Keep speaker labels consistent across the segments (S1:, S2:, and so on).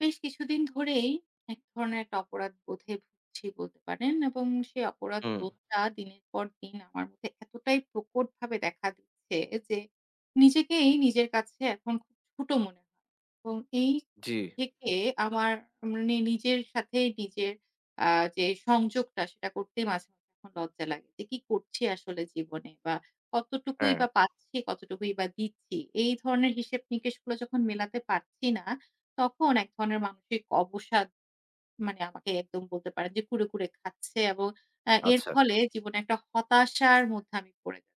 S1: বেশ কিছুদিন ধরেই এক ধরনের একটা অপরাধ বোধে ভুগছি বলতে পারেন, এবং সেই অপরাধ
S2: হুম,
S1: বোধটা দিনের পর দিন আমার মধ্যে এতটাই প্রকটভাবে দেখা দিচ্ছে যে নিজেকেই নিজের কাছে এখন খুব ছোট মনে হয়। এবং এই
S2: জি।
S1: থেকে আমার মানে নিজের সাথে নিজের যে সংযোগটা, সেটা করতে মাঝে মাঝে এখন লজ্জা লাগে যে কি করছি আসলে জীবনে, বা কতটুকুই
S2: হ্যাঁ,
S1: বা পাচ্ছি কতটুকুই বা দিচ্ছি, এই ধরনের হিসেব নিকেশ গুলো যখন মেলাতে পারছি না, তখন এক ধরনের মানসিক অবসাদ মানে আমাকে একদম বলতে পারেন যে কুরে, কুরে খাচ্ছে। এবং এর
S2: আচ্ছা।
S1: ফলে জীবনে একটা হতাশার মধ্যে আমি পড়ে যাচ্ছি।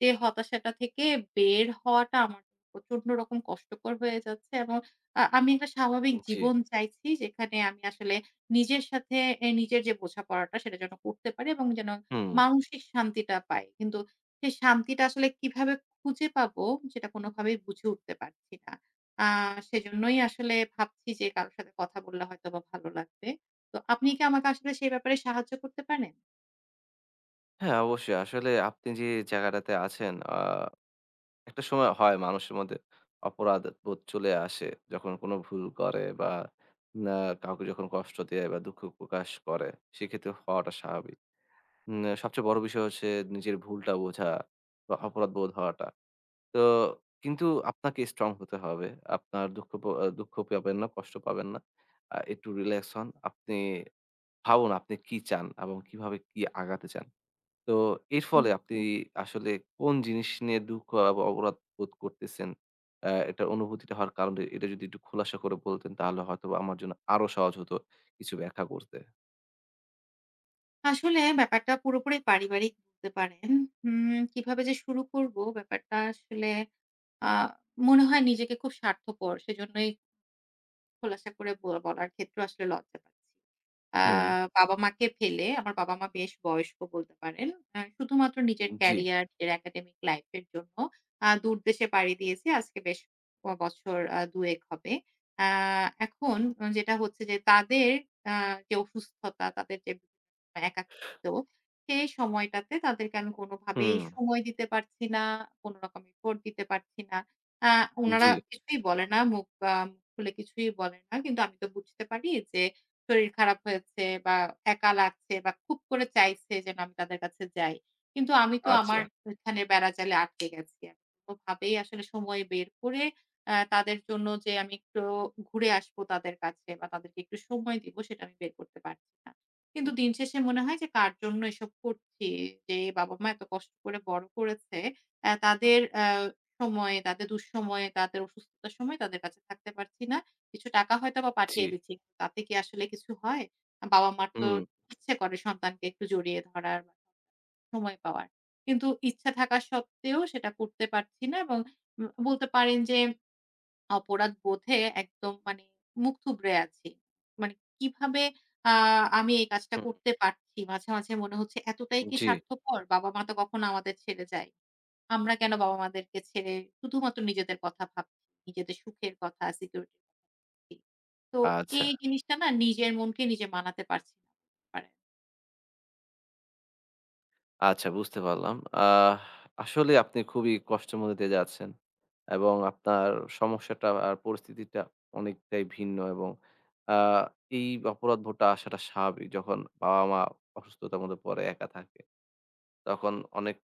S1: যে হতাশাটা থেকে বের হওয়াটা আমার প্রচন্ড রকম কষ্টকর হয়ে যাচ্ছে। এবং আমি একটা স্বাভাবিক
S2: জি।
S1: জীবন চাইছি, যেখানে আমি আসলে নিজের সাথে নিজের যে বোঝাপড়াটা সেটা যেন করতে পারি এবং যেন
S2: হুম।
S1: মানসিক শান্তিটা পাই। কিন্তু সেই শান্তিটা আসলে কিভাবে খুঁজে পাবো সেটা কোনোভাবেই বুঝে উঠতে পারছি না। আ সেজন্যই আসলে ভাবছি যে কারো সাথে কথা বললে হয়তোবা ভালো লাগবে। তো আপনি কি আমাকে আসলে সেই ব্যাপারে সাহায্য করতে পারেন?
S2: হ্যাঁ, অবশ্যই। আসলে আপনি যে জায়গাটাতে আছেন, একটা সময় হয় মানুষের মধ্যে অপরাধ বোধ চলে আসে। যখন কোনো ভুল করে বা না কাউকে যখন কষ্ট দেয় বা দুঃখ প্রকাশ করে, সেক্ষেত্রে হওয়াটা স্বাভাবিক। সবচেয়ে বড় বিষয় হচ্ছে নিজের ভুলটা বোঝা বা অপরাধ বোধ হওয়াটা। তো কিন্তু আপনাকে স্ট্রং হতে হবে। আপনার দুঃখ প আ দুঃখ পাবেন না, কষ্ট পাবেন না। একটু রিল্যাক্স হন। আপনি ভাবুন আপনি কি চান এবং কিভাবে কি আগাতে চান। তো এর ফলে আপনি আসলে কোন জিনিস নিয়ে দুঃখ বা অপরাধ বোধ করতেছেন? এটার অনুভূতিটা হওয়ার কারণটা এটা যদি একটু খোলাসা করে বলতেন তাহলে হয়তোবা আমার জন্য আরো সহজ হতো কিছু ব্যাখ্যা করতে।
S1: আসলে ব্যাপারটা পুরোপুরি পারিবারিক বলতে পারেন। কিভাবে যে শুরু করব ব্যাপারটা আসলে আ মনে হয় নিজেকে খুব স্বার্থপর। সেজন্যই খোলাসা করে বলার ক্ষেত্রেও আসলে লজ্জা পাচ্ছি। আ
S2: হুম,
S1: বাবা-মাকে ফেলে, আমার বাবা-মা বেশ বয়স্ক বলতে পারেন। শুধুমাত্র নিজের
S2: জি,
S1: ক্যারিয়ার, নিজের একাডেমিক লাইফ এর জন্য দূরদেশে পাড়ি দিয়েছি। আজকে বেশ বছর ২ ১ হবে। আ এখন যেটা হচ্ছে যে তাদের আ যে অসুস্থতা, তাদের যে একাকিত্ব, সেই সময়টাতে তাদেরকে আমি কোনোভাবেই
S2: হুম,
S1: সময় দিতে পারছি না, কোনো রকম এফোর্ট দিতে পারছি না। আ উনারা
S2: জি,
S1: কিছুই বলে না। মুখ খুলে কিছুই বলে না। কিন্তু আমি তো বুঝতে পারি যে শরীর খারাপ হয়েছে, বা একা লাগছে, বা খুব করে চাইছে যেন আমি তাদের কাছে যাই। কিন্তু আমি তো আমার
S2: আচ্ছা,
S1: ওইখানে বেড়াজালে আটকে গেছি। আমি কোনভাবেই আসলে সময় বের করে তাদের জন্য যে আমি একটু ঘুরে আসবো তাদের কাছে, বা তাদেরকে একটু সময় দিব, সেটা আমি বের করতে পারছি না। কিন্তু
S2: হুম,
S1: দিন শেষে মনে হয় যে কার জন্য এসব করছি? যে বাবা-মা এত কষ্ট করে বড় করেছে। তাদের সময়ে, তাদের দুঃসময়ে, তাদের অসুস্থতার সময় তাদের কাছে থাকতে পারছি না। কিছু টাকা হয়তোবা
S2: জি,
S1: পাঠিয়ে দিচ্ছি। তাতে কি আসলে কিছু হয়? বাবা-মার তো
S2: হুম,
S1: ইচ্ছে করে সন্তানকে একটু জড়িয়ে ধরার, বা সময় পাওয়ার। কিন্তু ইচ্ছা থাকা সত্ত্বেও সেটা করতে পারছি না। এবং বলতে পারেন যে অপরাধ বোধে একদম মানে মুখ থুবড়ে আছি। মানে কিভাবে আ আমি এই কাজটা
S2: হুম,
S1: করতে পারছি? মাঝে, মাঝে মনে হচ্ছে এতটাই কি
S2: জি,
S1: স্বার্থপর? বাবা-মা তো কখনো আমাদের ছেড়ে যায়। আমরা কেন বাবা-মাদেরকে ছেড়ে শুধুমাত্র নিজেদের কথা ভাবছি, নিজেদের সুখের কথা, সিকিউরিটির কথা ভাবছি। তো
S2: আচ্ছা।
S1: এই জিনিসটা না নিজের মনকে নিজে মানাতে পারছি না বলতে পারেন।
S2: আচ্ছা বুঝতে পারলাম। আসলে আপনি খুবই কষ্টের মধ্যে দিয়ে যাচ্ছেন এবং আপনার সমস্যাটা আর পরিস্থিতিটা অনেকটাই ভিন্ন এবং আ এই অপরাধবোধটা আসাটা স্বাভাবিক। যখন বাবা-মা অসুস্থতার মধ্যে পড়ে, একা থাকে। তখন অনেক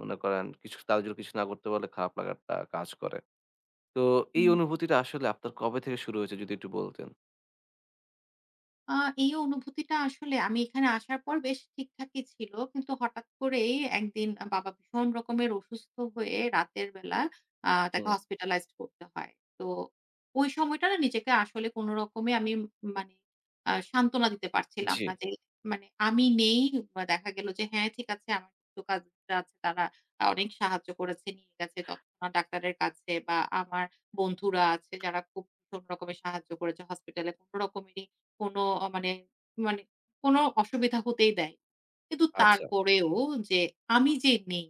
S2: মনে করেন কিছু তাদের জন্য কিছু না করতে পারলে খারাপ লাগাটা কাজ করে। তো এই
S1: হুম।
S2: অনুভূতিটা আসলে আপনার কবে থেকে শুরু হয়েছে যদি একটু বলতেন?
S1: আ এই অনুভূতিটা আসলে আমি এখানে আসার পর বেশ ঠিকঠাকই ছিল। কিন্তু হঠাৎ করেই একদিন বাবা ভীষণ রকমের অসুস্থ হয়ে রাতের বেলা তাকে
S2: হুম,
S1: hospitalized করতে হয়। তো ওই সময়টা না নিজেকে আসলে কোন রকমে আমি মানে সান্ত্বনা দিতে পারছিলাম
S2: জি,
S1: না যে মানে আমি নেই, বা দেখা গেল যে হ্যাঁ, ঠিক আছে, আমার কিছু কাজরা আছে, তারা অনেক সাহায্য করেছে, নিয়ে গেছে তৎক্ষণাৎ ডাক্তারের কাছে, বা আমার বন্ধুরা আছে যারা খুব ভীষণ রকমের সাহায্য করেছে হসপিটালে, কোন রকমেরই কোনো মানে মানে কোনো অসুবিধা হতেই দেয়নি। কিন্তু
S2: আচ্ছা,
S1: তারপরেও যে যে নেই,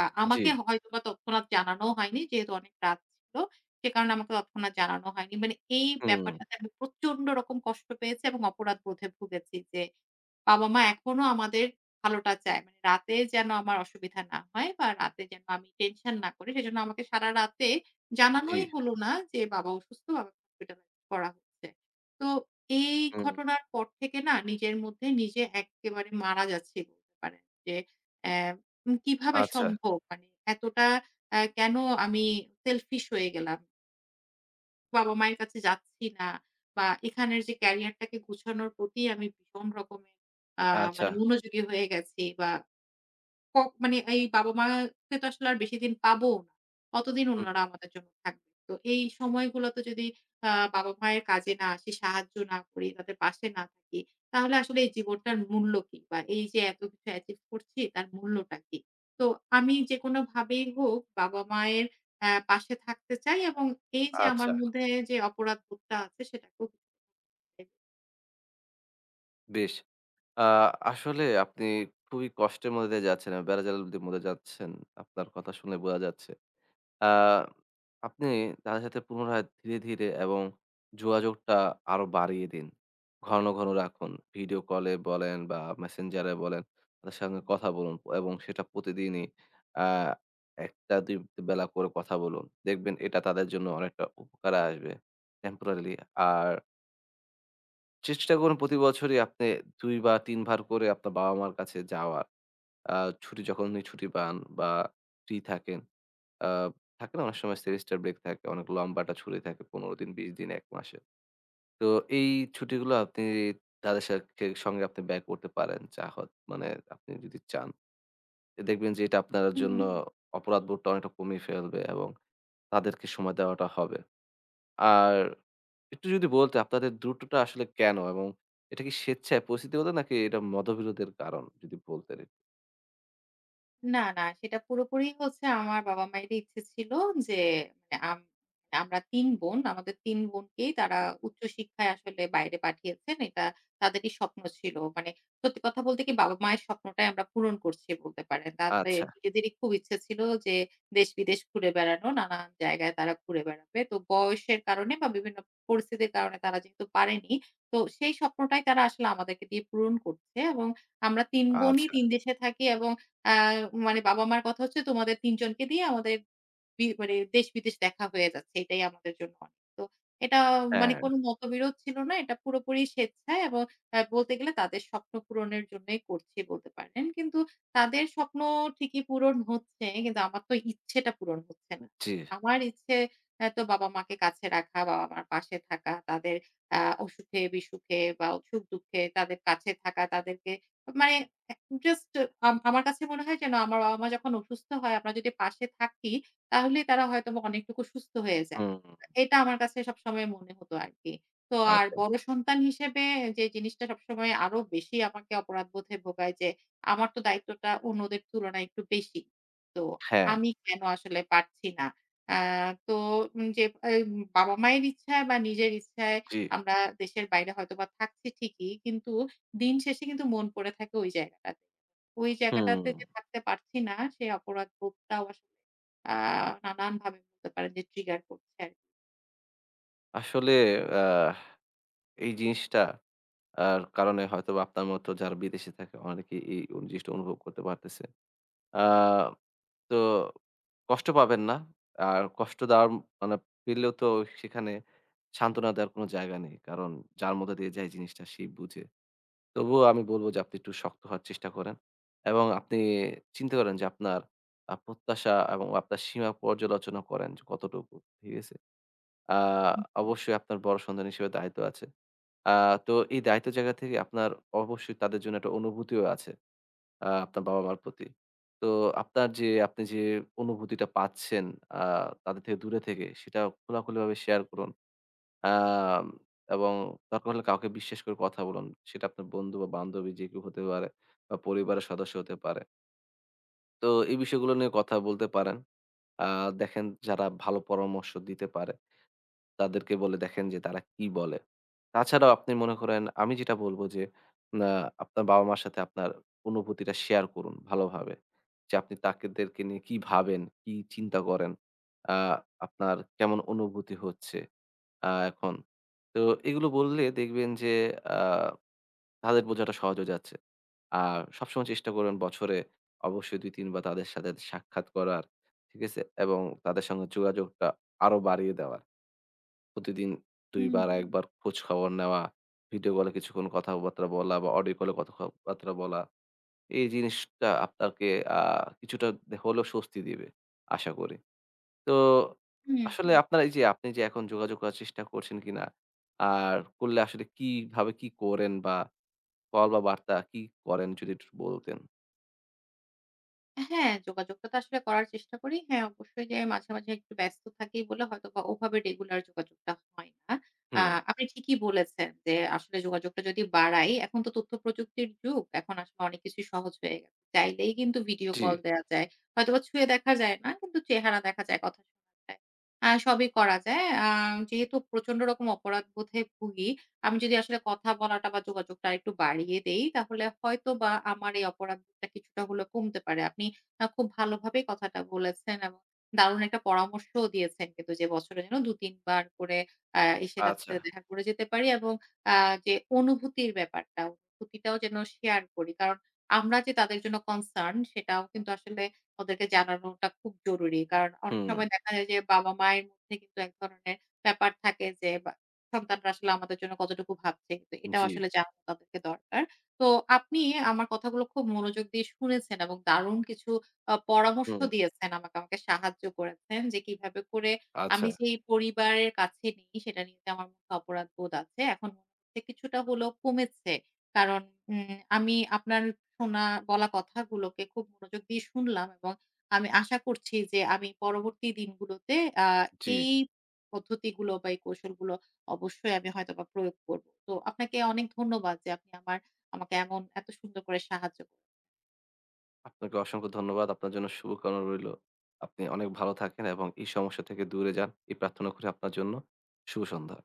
S2: জি,
S1: আমাকে হয়তোবা তৎক্ষণাৎ জানানো হয়নি। যেহেতু অনেক রাত ছিল, সে কারণে আমাকে তৎক্ষণাৎ জানানো হয়নি। মানে এই
S2: হুম,
S1: ব্যাপারটাতে আমি প্রচন্ড রকম কষ্ট পেয়েছি এবং অপরাধ বোধে ভুগেছি যে বাবা-মা এখনো আমাদের ভালোটা চায়। মানে রাতে যেন আমার অসুবিধা না হয়, বা রাতে যেন আমি টেনশন না করি, সেজন্য আমাকে সারা রাতে
S2: জি,
S1: জানানোই হলো না যে বাবা অসুস্থ, বাবাকে হসপিটালাইজড করা হচ্ছে। তো এই
S2: হুম,
S1: ঘটনার পর থেকে না নিজের মধ্যে নিজে এক্কেবারে মারা যাচ্ছি বলতে পারেন, যে অ্যা কিভাবে
S2: আচ্ছা,
S1: সম্ভব? মানে এতটা কেন আমি সেলফিশ হয়ে গেলাম? বাবা-মায়ের কাছে যাচ্ছি না, বা এখানের যে ক্যারিয়ারটাকে গুছানোর প্রতি আমি ভীষণ রকমের আ
S2: আচ্ছা,
S1: মানে মনোযোগী হয়ে গেছি, বা ক মানে এই বাবা-মাকে তো আসলে আর বেশিদিন পাবও না। অতদিন
S2: হুম,
S1: উনারা আমাদের জন্য থাকবে। তো এই সময়গুলোতে যদি বাবা-মায়ের কাজে না আসি, সাহায্য না করি, তাদের পাশে না থাকি, তাহলে আসলে এই জীবনটার মূল্য কি? বা এই যে এত কিছু অ্যাচিভ করছি তার মূল্যটা কি? তো আমি যেকোনোভাবেই হোক বাবা-মায়ের পাশে থাকতে চাই, এবং এই যে আমার
S2: আচ্ছা,
S1: মধ্যে যে অপরাধ বোধটা আছে সেটাকেও কিছু।
S2: বেশ। আ আসলে আপনি খুবই কষ্টের মধ্যে দিয়ে যাচ্ছেন, বেড়াজালের মধ্যে যাচ্ছেন। আপনার কথা শুনে বোঝা যাচ্ছে। আ আপনি তাদের সাথে পুনরায় ধীরে, ধীরে এবং যোগাযোগটা আরো বাড়িয়ে দিন। ঘন, ঘন রাখুন। ভিডিও কলে বলেন বা মেসেঞ্জারে বলেন, তাদের সঙ্গে কথা বলুন এবং সেটা প্রতিদিনই আ ১টা-২ বেলা করে কথা বলুন। দেখবেন এটা তাদের জন্য অনেকটা উপকারে আসবে টেম্পোরারিলি। আর চেষ্টা করুন প্রতি বছরই আপনি ২ বা ৩ বার করে আপনার বাবা-মার কাছে যাওয়ার। আ ছুটি যখন উনি ছুটি পান বা ফ্রি থাকেন, আ থাকে না অনেক সময় সেমিস্টার ব্রেক থাকে। অনেক লম্বা একটা ছুটি থাকে ১৫ দিন, ২০ দিন, ১ মাসের। তো এই ছুটিগুলো আপনি তাদের সাথে সঙ্গে আপনি ব্যয় করতে পারেন। যা হোক মানে আপনি যদি চান। এ দেখবেন যে এটা আপনার
S1: হুম।
S2: জন্য অপরাধবোধটা অনেকটা কমিয়ে ফেলবে এবং তাদেরকে সময় দেওয়াটা হবে। আর একটু যদি বলতে আপনাদের দ্রুটটা আসলে কেন? এবং এটা কি স্বেচ্ছায় পরিস্থিতিগত নাকি এটা মতবিরোধের কারণ? যদি বলতেন একটু।
S1: না, না। সেটা পুরোপুরি হচ্ছে আমার বাবা-মায়েরই ইচ্ছে ছিল যে মানে আমরা ৩ বোন। আমাদের ৩ বোনকেই তারা উচ্চশিক্ষায় আসলে বাইরে পাঠিয়েছেন। এটা তাদেরই স্বপ্ন ছিল। মানে সত্যি কথা বলতে কি, বাবা-মায়ের স্বপ্নটাই আমরা পূরণ করছি বলতে পারেন। তাদের
S2: আচ্ছা,
S1: নিজেদেরই খুব ইচ্ছে ছিল যে দেশ-বিদেশ ঘুরে বেড়ানো, নানান জায়গায় তারা ঘুরে বেড়াবে। তো বয়সের কারণে, বা বিভিন্ন পরিস্থিতির কারণে তারা যেহেতু পারেনি, তো সেই স্বপ্নটাই তারা আসলে আমাদেরকে দিয়ে পূরণ করছে। এবং আমরা ৩ বোনই
S2: আচ্ছা।
S1: ৩ দেশে থাকি, এবং আ মানে বাবা-মার কথা হচ্ছে, তোমাদের ৩ জনকে দিয়ে আমাদের মানে দেশ-বিদেশ দেখা হয়ে যাচ্ছে। এটাই আমাদের জন্য অনেক। তো এটা মানে
S2: হ্যাঁ,
S1: কোন মতবিরোধ ছিল না। এটা পুরোপুরি স্বেচ্ছায়, এবং বলতে গেলে তাদের স্বপ্ন পূরণের জন্যই করছি বলতে পারেন। কিন্তু তাদের স্বপ্ন ঠিকই পূরণ হচ্ছে। কিন্তু আমার তো ইচ্ছেটা পূরণ হচ্ছে না।
S2: জি।
S1: আমার ইচ্ছে তো বাবা-মাকে কাছে রাখা, বাবা-মার পাশে থাকা, তাদের আ অসুখে-বিসুখে, বা সুখ-দুঃখে তাদের কাছে থাকা, তাদেরকে মানে অ্যা জাস্ট আমার কাছে মনে হয় যেন আমার বাবা-মা যখন অসুস্থ হয়, আমরা যদি পাশে থাকি, তাহলেই তারা হয়তোবা অনেকটুকু সুস্থ হয়ে যায়।
S2: হুম,
S1: এটা আমার কাছে সবসময় মনে হতো আরকি। তো আর,
S2: আচ্ছা।
S1: বড় সন্তান হিসেবে যে জিনিসটা সবসময় আরো বেশি আমাকে অপরাধবোধে ভোগায় যে আমার তো দায়িত্বটা অন্যদের তুলনায় একটু বেশি। তো
S2: হ্যাঁ,
S1: আমি কেন আসলে পারছি না? আ তো যে এই বাবা-মায়ের ইচ্ছায়, বা নিজের ইচ্ছায়
S2: জি।
S1: আমরা দেশের বাইরে হয়তোবা থাকছি ঠিকই। কিন্তু দিন শেষে কিন্তু মন পড়ে থাকে ওই জায়গাটাতে। ওই
S2: হুম।
S1: জায়গাটাতে যে থাকতে পারছি না, সেই অপরাধবোধটাও আসলে আ নানানভাবে বলতে পারেন যে ট্রিগার করছে আরকি।
S2: আসলে আহ এই জিনিসটা আর কারণে হয়তোবা আপনার মতো যারা বিদেশে থাকে অনেকেই এই জিনিসটা অনুভব করতে পারতেছে। আ তো কষ্ট পাবেন না। আর কষ্ট দেওয়ার মানে পেলেও তো সেখানে সান্ত্বনা দেওয়ার কোনো জায়গা নেই। কারণ যার মধ্য দিয়ে যায় জিনিসটা সেই বুঝে। তবুও আমি বলব যে আপনি একটু শক্ত হওয়ার চেষ্টা করেন এবং আপনি চিন্তা করেন যে আপনার প্রত্যাশা এবং আপনার সীমা পর্যালোচনা করেন যে কতটুকু, ঠিক আছে? আ অবশ্যই আপনার বড় সন্তান হিসেবে দায়িত্ব আছে। আ তো এই দায়িত্বের জায়গা থেকে আপনার অবশ্যই তাদের জন্য একটা অনুভূতিও আছে আপনার বাবা-মার প্রতি। তো আপনার যে আপনি যে অনুভূতিটা পাচ্ছেন আ তাদের থেকে দূরে থেকে সেটা খোলাখুলিভাবে শেয়ার করুন। আম এবং দরকার হলে কাউকে বিশ্বাস করে কথা বলুন। সেটা আপনার বন্ধু বা বান্ধবী যে কেউ হতে পারে বা পরিবারের সদস্য হতে পারে। তো এই বিষয়গুলো নিয়ে কথা বলতে পারেন। আ দেখেন যারা ভালো পরামর্শ দিতে পারে তাদেরকে বলে দেখেন যে তারা কি বলে। তাছাড়াও আপনি মনে করেন আমি যেটা বলব যে আ আপনার বাবা-মার সাথে আপনার অনুভূতিটা শেয়ার করুন ভালোভাবে। যে আপনি তাদেরকে নিয়ে কি ভাবেন, কি চিন্তা করেন, আ আপনার কেমন অনুভূতি হচ্ছে। এখন। তো এগুলো বললে দেখবেন যে আ তাদের বোঝাটা সহজ হয়ে যাচ্ছে। আর সবসময় চেষ্টা করবেন বছরে অবশ্যই ২-৩ বার তাদের সাথে সাক্ষাৎ করার, ঠিক আছে? এবং তাদের সঙ্গে যোগাযোগটা আরো বাড়িয়ে দেওয়ার। প্রতিদিন ২
S1: হুম।
S2: বার ১ বার খোঁজ খবর নেওয়া, ভিডিও কলে কিছুক্ষণ কথাবার্তা বলা বা অডিও কলে কথাবার্তা বলা। এই জিনিসটা আপনাকে আ কিছুটা হলেও স্বস্তি দিবে আশা করি। তো
S1: হুম।
S2: আসলে আপনার এই যে আপনি যে এখন যোগাযোগ করার চেষ্টা করছেন কিনা? আর করলে আসলে কিভাবে কি করেন বা কল বা বার্তা কি করেন যদি একটু বলতেন?
S1: হ্যাঁ, যোগাযোগটা তো আসলে করার চেষ্টা করি। হ্যাঁ, অবশ্যই যে মাঝে, মাঝে একটু ব্যস্ত থাকি বলে হয়তোবা ওভাবে রেগুলার যোগাযোগটা হয় না। আ
S2: হুম,
S1: আপনি ঠিকই বলেছেন যে আসলে যোগাযোগটা যদি বাড়াই, এখন তো তথ্য প্রযুক্তির যুগ। এখন আসলে অনেক কিছুই সহজ হয়ে গেছে। চাইলেই কিন্তু ভিডিও
S2: জি।
S1: কল দেয়া যায়। হয়তোবা ছুঁয়ে দেখা যায় না, কিন্তু চেহারা দেখা যায়, কথা শোনা যায়। সবই করা যায়। যেহেতু প্রচন্ড রকম অপরাধবোধে ভুগি, আমি যদি আসলে কথা বলাটা বা যোগাযোগটা আরেকটু বাড়িয়ে দেই, তাহলে হয়তোবা আমার এই অপরাধবোধটা কিছুটা হলেও কমতে পারে। আপনি খুব ভালোভাবেই কথাটা বলেছেন, এবং দারুণ একটা পরামর্শও দিয়েছেন কিন্তু, যে বছরে যেন ২-৩ বার করে এসে তাদের
S2: আচ্ছা।
S1: সাথে দেখা করে যেতে পারি, এবং আ যে অনুভূতির ব্যাপারটা, অনুভূতিটাও যেন শেয়ার করি। কারণ আমরা যে তাদের জন্য কনসার্ন সেটাও কিন্তু আসলে ওদেরকে জানানোটা খুব জরুরি। কারণ অনেক
S2: হুম,
S1: সময় দেখা যায় যে বাবা-মায়ের মধ্যে কিন্তু এক ধরনের ব্যাপার থাকে যে, বা সন্তানরা আসলে আমাদের জন্য কতটুকু ভাবছে। কিন্তু এটাও
S2: জি,
S1: আসলে জানানো তাদেরকে দরকার। তো আপনি আমার কথাগুলো খুব মনোযোগ দিয়ে শুনেছেন এবং দারুণ কিছু পরামর্শ
S2: হুম,
S1: দিয়েছেন আমাকে, সাহায্য করেছেন যে কিভাবে করে
S2: আচ্ছা,
S1: আমি যেই পরিবারের কাছে নেই সেটা নিয়ে যে আমার মধ্যে অপরাধবোধ আছে। এখন মনে হচ্ছে কিছুটা হলেও কমেছে। কারণ আমি আপনার শোনা বলা কথাগুলোকে খুব মনোযোগ দিয়ে শুনলাম, এবং আমি আশা করছি যে আমি পরবর্তী দিনগুলোতে আ
S2: জি।
S1: এই পদ্ধতিগুলো বা এই কৌশলগুলো অবশ্যই আমি হয়তোবা প্রয়োগ করব। তো আপনাকে অনেক ধন্যবাদ যে আপনি আমাকে এমন এত সুন্দর করে সাহায্য করলেন।
S2: আপনাকে অসংখ্য ধন্যবাদ। আপনার জন্য শুভকামনা রইল। আপনি অনেক ভালো থাকেন এবং এই সমস্যা থেকে দূরে যান। এই প্রার্থনা করি আপনার জন্য। শুভ সন্ধ্যা।